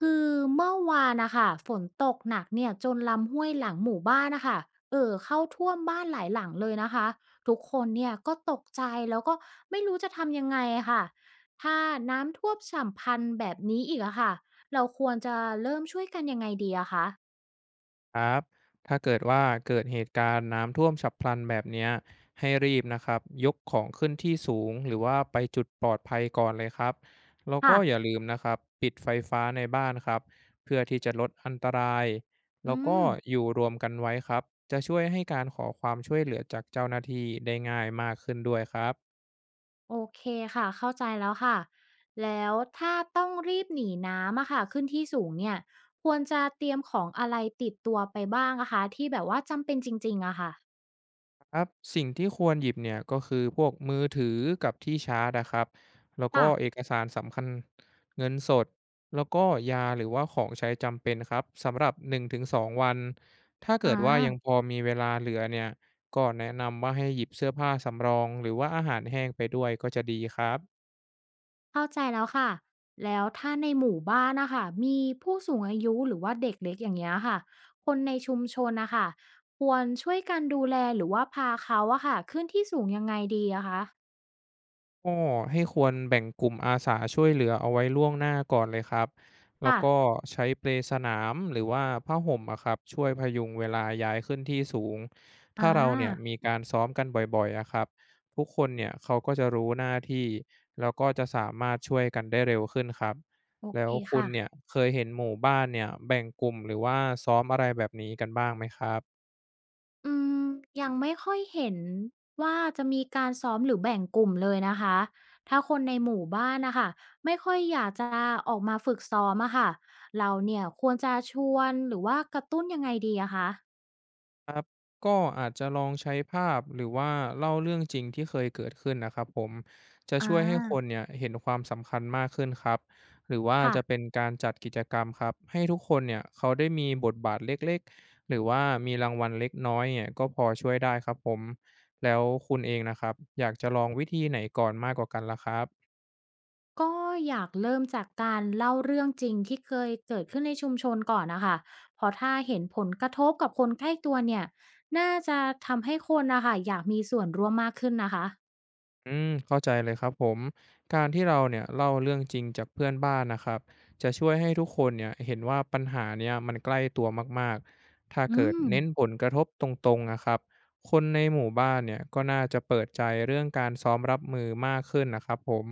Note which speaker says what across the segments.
Speaker 1: คือเมื่อวานนะคะฝนตกหนักเนี่ยจนลำห้วยหลังหมู่บ้านนะคะเข้าท่วมบ้านหลายหลังเลยนะคะทุกคนเนี่ยก็ตกใจแล้วก็ไม่รู้จะทำยังไงอะค่ะถ้าน้ำท่วมฉับพลันแบบนี้อีกอะค่ะเราควรจะเริ่มช่วยกันยังไงดีอะคะ
Speaker 2: ครับถ้าเกิดว่าเกิดเหตุการณ์น้ำท่วมฉับพลันแบบเนี้ยให้รีบนะครับยกของขึ้นที่สูงหรือว่าไปจุดปลอดภัยก่อนเลยครับแล้ว
Speaker 1: ค่ะ
Speaker 2: ก็อย่าลืมนะครับปิดไฟฟ้าในบ้านครับเพื่อที่จะลดอันตราย
Speaker 1: อื
Speaker 2: แล้วก็
Speaker 1: ม
Speaker 2: อยู่รวมกันไว้ครับจะช่วยให้การขอความช่วยเหลือจากเจ้าหน้าที่ได้ง่ายมากขึ้นด้วยครับ
Speaker 1: โอเคค่ะเข้าใจแล้วค่ะแล้วถ้าต้องรีบหนีน้ำอะค่ะขึ้นที่สูงเนี่ยควรจะเตรียมของอะไรติดตัวไปบ้างอะคะที่แบบว่าจำเป็นจริงๆอะค่ะ
Speaker 2: ครับสิ่งที่ควรหยิบเนี่ยก็คือพวกมือถือกับที่ชาร์จนะครับแล้ว
Speaker 1: ค่ะ
Speaker 2: ก็เอกสารสำคัญเงินสดแล้วก็ยาหรือว่าของใช้จำเป็นครับสำหรับ1-2วันถ้า
Speaker 1: อ่
Speaker 2: เกิดว่ายัง
Speaker 1: า
Speaker 2: พอมีเวลาเหลือเนี่ยก็แนะนำว่าให้หยิบเสื้อผ้าสำรองหรือว่าอาหารแห้งไปด้วยก็จะดีครับ
Speaker 1: เข้าใจแล้วค่ะแล้วถ้าในหมู่บ้านนะคะ มีผู้สูงอายุหรือว่าเด็กเล็กอย่างเงี้ยค่ะ คนในชุมชนนะคะควรช่วยกันดูแลหรือว่าพาเขาอะค่ะขึ้นที่สูงยังไงดีอะคะ
Speaker 2: ก็ให้ควรแบ่งกลุ่มอาสาช่วยเหลือเอาไว้ล่วงหน้าก่อนเลยครับแล้ว
Speaker 1: ค่ะ
Speaker 2: ก็ใช้เปลสนามหรือว่าผ้าห่มอะครับช่วยพยุงเวลาย้ายขึ้นที่สูงถ้า
Speaker 1: อา
Speaker 2: เราเนี่ยมีการซ้อมกันบ่อยๆอะครับทุกคนเนี่ยเขาก็จะรู้หน้าที่แล้วก็จะสามารถช่วยกันได้เร็วขึ้นครับ
Speaker 1: โอ
Speaker 2: แล้
Speaker 1: เค
Speaker 2: วคุณ
Speaker 1: ค่ะ
Speaker 2: เนี่ยเคยเห็นหมู่บ้านเนี่ยแบ่งกลุ่มหรือว่าซ้อมอะไรแบบนี้กันบ้างไหมครับ
Speaker 1: อืมยังไม่ค่อยเห็นว่าจะมีการซ้อมหรือแบ่งกลุ่มเลยนะคะถ้าคนในหมู่บ้านนะคะ ไม่ค่อยอยากจะออกมาฝึกซ้อมอะค่ะ เราเนี่ยควรจะชวนหรือว่ากระตุ้นยังไงดีอะคะ
Speaker 2: ครับก็อาจจะลองใช้ภาพหรือว่าเล่าเรื่องจริงที่เคยเกิดขึ้นนะครับผมจะ
Speaker 1: อ่า
Speaker 2: ช่วยให้คนเนี่ยเห็นความสำคัญมากขึ้นครับหรือว่า
Speaker 1: ค่ะ
Speaker 2: จะเป็นการจัดกิจกรรมครับให้ทุกคนเนี่ยเขาได้มีบทบาทเล็กๆหรือว่ามีรางวัลเล็กน้อยเนี่ยก็พอช่วยได้ครับผมแล้วคุณเองนะครับอยากจะลองวิธีไหนก่อนมากกว่ากันล่ะครับ
Speaker 1: ก็อยากเริ่มจากการเล่าเรื่องจริงที่เคยเกิดขึ้นในชุมชนก่อนนะคะเพราะถ้าเห็นผลกระทบกับคนใกล้ตัวเนี่ยน่าจะทำให้คนนะคะอยากมีส่วนร่วมมากขึ้นนะคะ
Speaker 2: เข้าใจเลยครับผมการที่เราเนี่ยเล่าเรื่องจริงจากเพื่อนบ้านนะครับจะช่วยให้ทุกคนเนี่ยเห็นว่าปัญหาเนี่ยมันใกล้ตัวมากๆถ้า
Speaker 1: อื
Speaker 2: เกิด
Speaker 1: ม
Speaker 2: เน้นผลกระทบตรงๆนะครับคนในหมู่บ้านเนี่ยก็น่าจะเปิดใจเรื่องการซ้อมรับมือมากขึ้นนะครับผม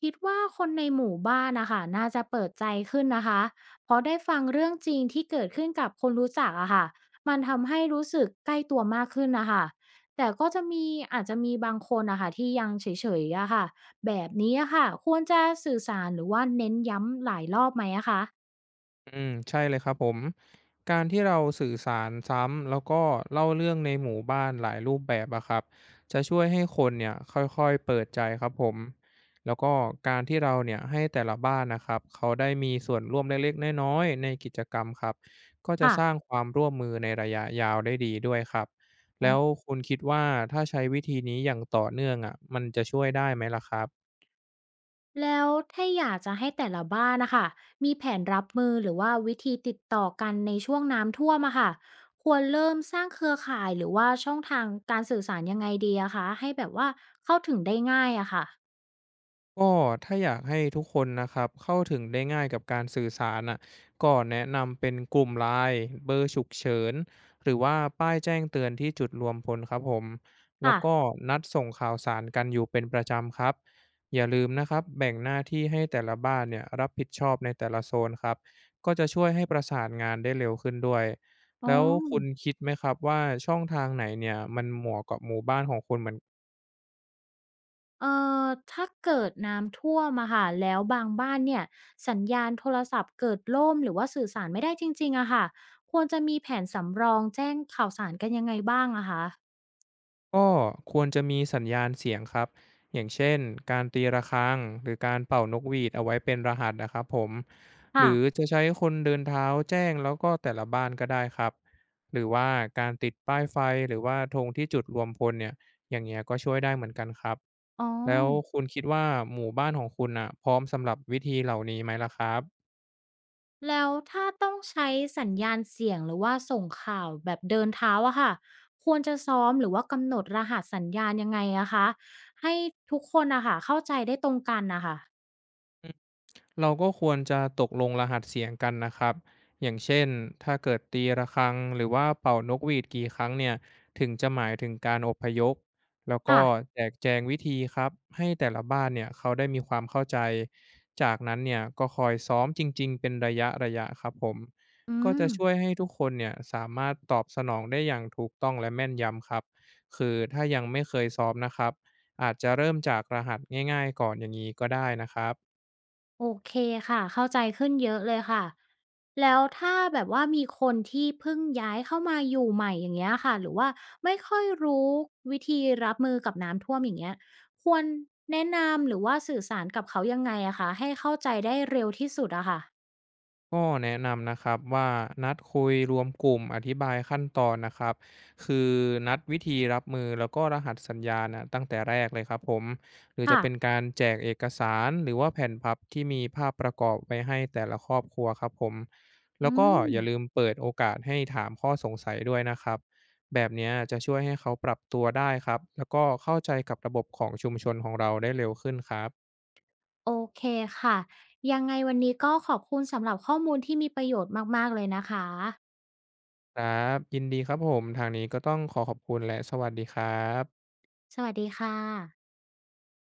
Speaker 1: คิดว่าคนในหมู่บ้านนะคะน่าจะเปิดใจขึ้นนะคะเพราะได้ฟังเรื่องจริงที่เกิดขึ้นกับคนรู้จักอะค่ะมันทำให้รู้สึกใกล้ตัวมากขึ้นนะคะแต่ก็จะมีอาจจะมีบางคนนะคะที่ยังเฉยๆอะค่ะแบบนี้อะค่ะควรจะสื่อสารหรือว่าเน้นย้ำหลายรอบไหมอะคะ
Speaker 2: ใช่เลยครับผมการที่เราสื่อสารซ้ำแล้วก็เล่าเรื่องในหมู่บ้านหลายรูปแบบอะครับจะช่วยให้คนเนี่ยค่อยๆเปิดใจครับผมแล้วก็การที่เราเนี่ยให้แต่ละบ้านนะครับเขาได้มีส่วนร่วมเล็กๆน้อยๆในกิจกรรมครับก็จะสร้า
Speaker 1: ค่ะ
Speaker 2: งความร่วมมือในระยะยาวได้ดีด้วยครับแล้วคุณคิดว่าถ้าใช้วิธีนี้อย่างต่อเนื่องอะมันจะช่วยได้ไหมล่ะครับ
Speaker 1: แล้วถ้าอยากจะให้แต่ละบ้านนะคะมีแผนรับมือหรือว่าวิธีติดต่อกันในช่วงน้ำท่วมอะค่ะควรเริ่มสร้างเครือข่ายหรือว่าช่องทางการสื่อสารยังไงดีอะคะให้แบบว่าเข้าถึงได้ง่ายอะค่ะ
Speaker 2: ก็ถ้าอยากให้ทุกคนนะครับเข้าถึงได้ง่ายกับการสื่อสารอ่ะก็แนะนำเป็นกลุ่มไลน์เบอร์ฉุกเฉินหรือว่าป้ายแจ้งเตือนที่จุดรวมพลครับผมแล้ว
Speaker 1: ค่ะ
Speaker 2: ก็นัดส่งข่าวสารกันอยู่เป็นประจำครับอย่าลืมนะครับแบ่งหน้าที่ให้แต่ละบ้านเนี่ยรับผิดชอบในแต่ละโซนครับก็จะช่วยให้ประสานงานได้เร็วขึ้นด้วย
Speaker 1: อ๋อ
Speaker 2: แล้วคุณคิดไหมครับว่าช่องทางไหนเนี่ยมันเหมาะกับหมู่บ้านของคุณเหมือน
Speaker 1: เอ่อถ้าเกิดน้ำท่วมอะค่ะแล้วบางบ้านเนี่ยสัญญาณโทรศัพท์เกิดล่มหรือว่าสื่อสารไม่ได้จริงๆอะค่ะควรจะมีแผนสำรองแจ้งข่าวสารกันยังไงบ้างอะคะ
Speaker 2: ก็ควรจะมีสัญญาณเสียงครับอย่างเช่นการตีระฆังหรือการเป่านกหวีดเอาไว้เป็นรหัสนะครับผมห
Speaker 1: ค่ะ
Speaker 2: รือจะใช้คนเดินเท้าแจ้งแล้วก็แต่ละบ้านก็ได้ครับหรือว่าการติดป้ายไฟหรือว่าธงที่จุดรวมพลเนี่ยอย่างเงี้ยก็ช่วยได้เหมือนกันครับ
Speaker 1: อ๋อ
Speaker 2: แล้วคุณคิดว่าหมู่บ้านของคุณอ่ะพร้อมสำหรับวิธีเหล่านี้ไหมล่ะครับ
Speaker 1: แล้วถ้าต้องใช้สัญญาณเสียงหรือว่าส่งข่าวแบบเดินเท้าอะค่ะควรจะซ้อมหรือว่ากำหนดรหัสสัญญาณยังไงอะคะให้ทุกคนอะค่ะเข้าใจได้ตรงกันนะค่ะ
Speaker 2: เราก็ควรจะตกลงรหัสเสียงกันนะครับ อย่างเช่นถ้าเกิดตีระฆังหรือว่าเป่านกหวีดกี่ครั้งเนี่ยถึงจะหมายถึงการอพยพแล้วก็
Speaker 1: ค่ะ
Speaker 2: แจกแจงวิธีครับ ให้แต่ละบ้านเนี่ยเขาได้มีความเข้าใจจากนั้นเนี่ยก็คอยซ้อมจริงๆ เป็นระยะครับผม
Speaker 1: อื
Speaker 2: ก็
Speaker 1: ม
Speaker 2: จะช่วยให้ทุกคนเนี่ยสามารถตอบสนองได้อย่างถูกต้องและแม่นยำครับคือถ้ายังไม่เคยซ้อมนะครับอาจจะเริ่มจากรหัสง่ายๆก่อนอย่างนี้ก็ได้นะครับ
Speaker 1: โอเคค่ะเข้าใจขึ้นเยอะเลยค่ะแล้วถ้าแบบว่ามีคนที่เพิ่งย้ายเข้ามาอยู่ใหม่อย่างเงี้ยค่ะหรือว่าไม่ค่อยรู้วิธีรับมือกับน้ำท่วมอย่างเงี้ยควรแนะนำหรือว่าสื่อสารกับเขายังไงอะคะให้เข้าใจได้เร็วที่สุดอะค่ะ
Speaker 2: ก็แนะนำนะครับว่านัดคุยรวมกลุ่มอธิบายขั้นตอนนะครับคือนัดวิธีรับมือแล้วก็รหัสสัญญาณนะตั้งแต่แรกเลยครับผมหรือจะเป็น
Speaker 1: ค่ะ
Speaker 2: การแจกเอกสารหรือว่าแผ่นพับที่มีภาพประกอบไว้ให้แต่ละครอบครัวครับผม
Speaker 1: อื
Speaker 2: แล้วก็
Speaker 1: ม
Speaker 2: อย่าลืมเปิดโอกาสให้ถามข้อสงสัยด้วยนะครับแบบเนี้ยจะช่วยให้เขาปรับตัวได้ครับแล้วก็เข้าใจกับระบบของชุมชนของเราได้เร็วขึ้นครับ
Speaker 1: โอเคค่ะ ยังไงวันนี้ก็ขอบคุณสำหรับข้อมูลที่มีประโยชน์มากๆเลยนะคะ
Speaker 2: ครับยินดีครับผมทางนี้ก็ต้องขอขอบคุณและสวัสดีครับ
Speaker 1: สวัสดีค่ะ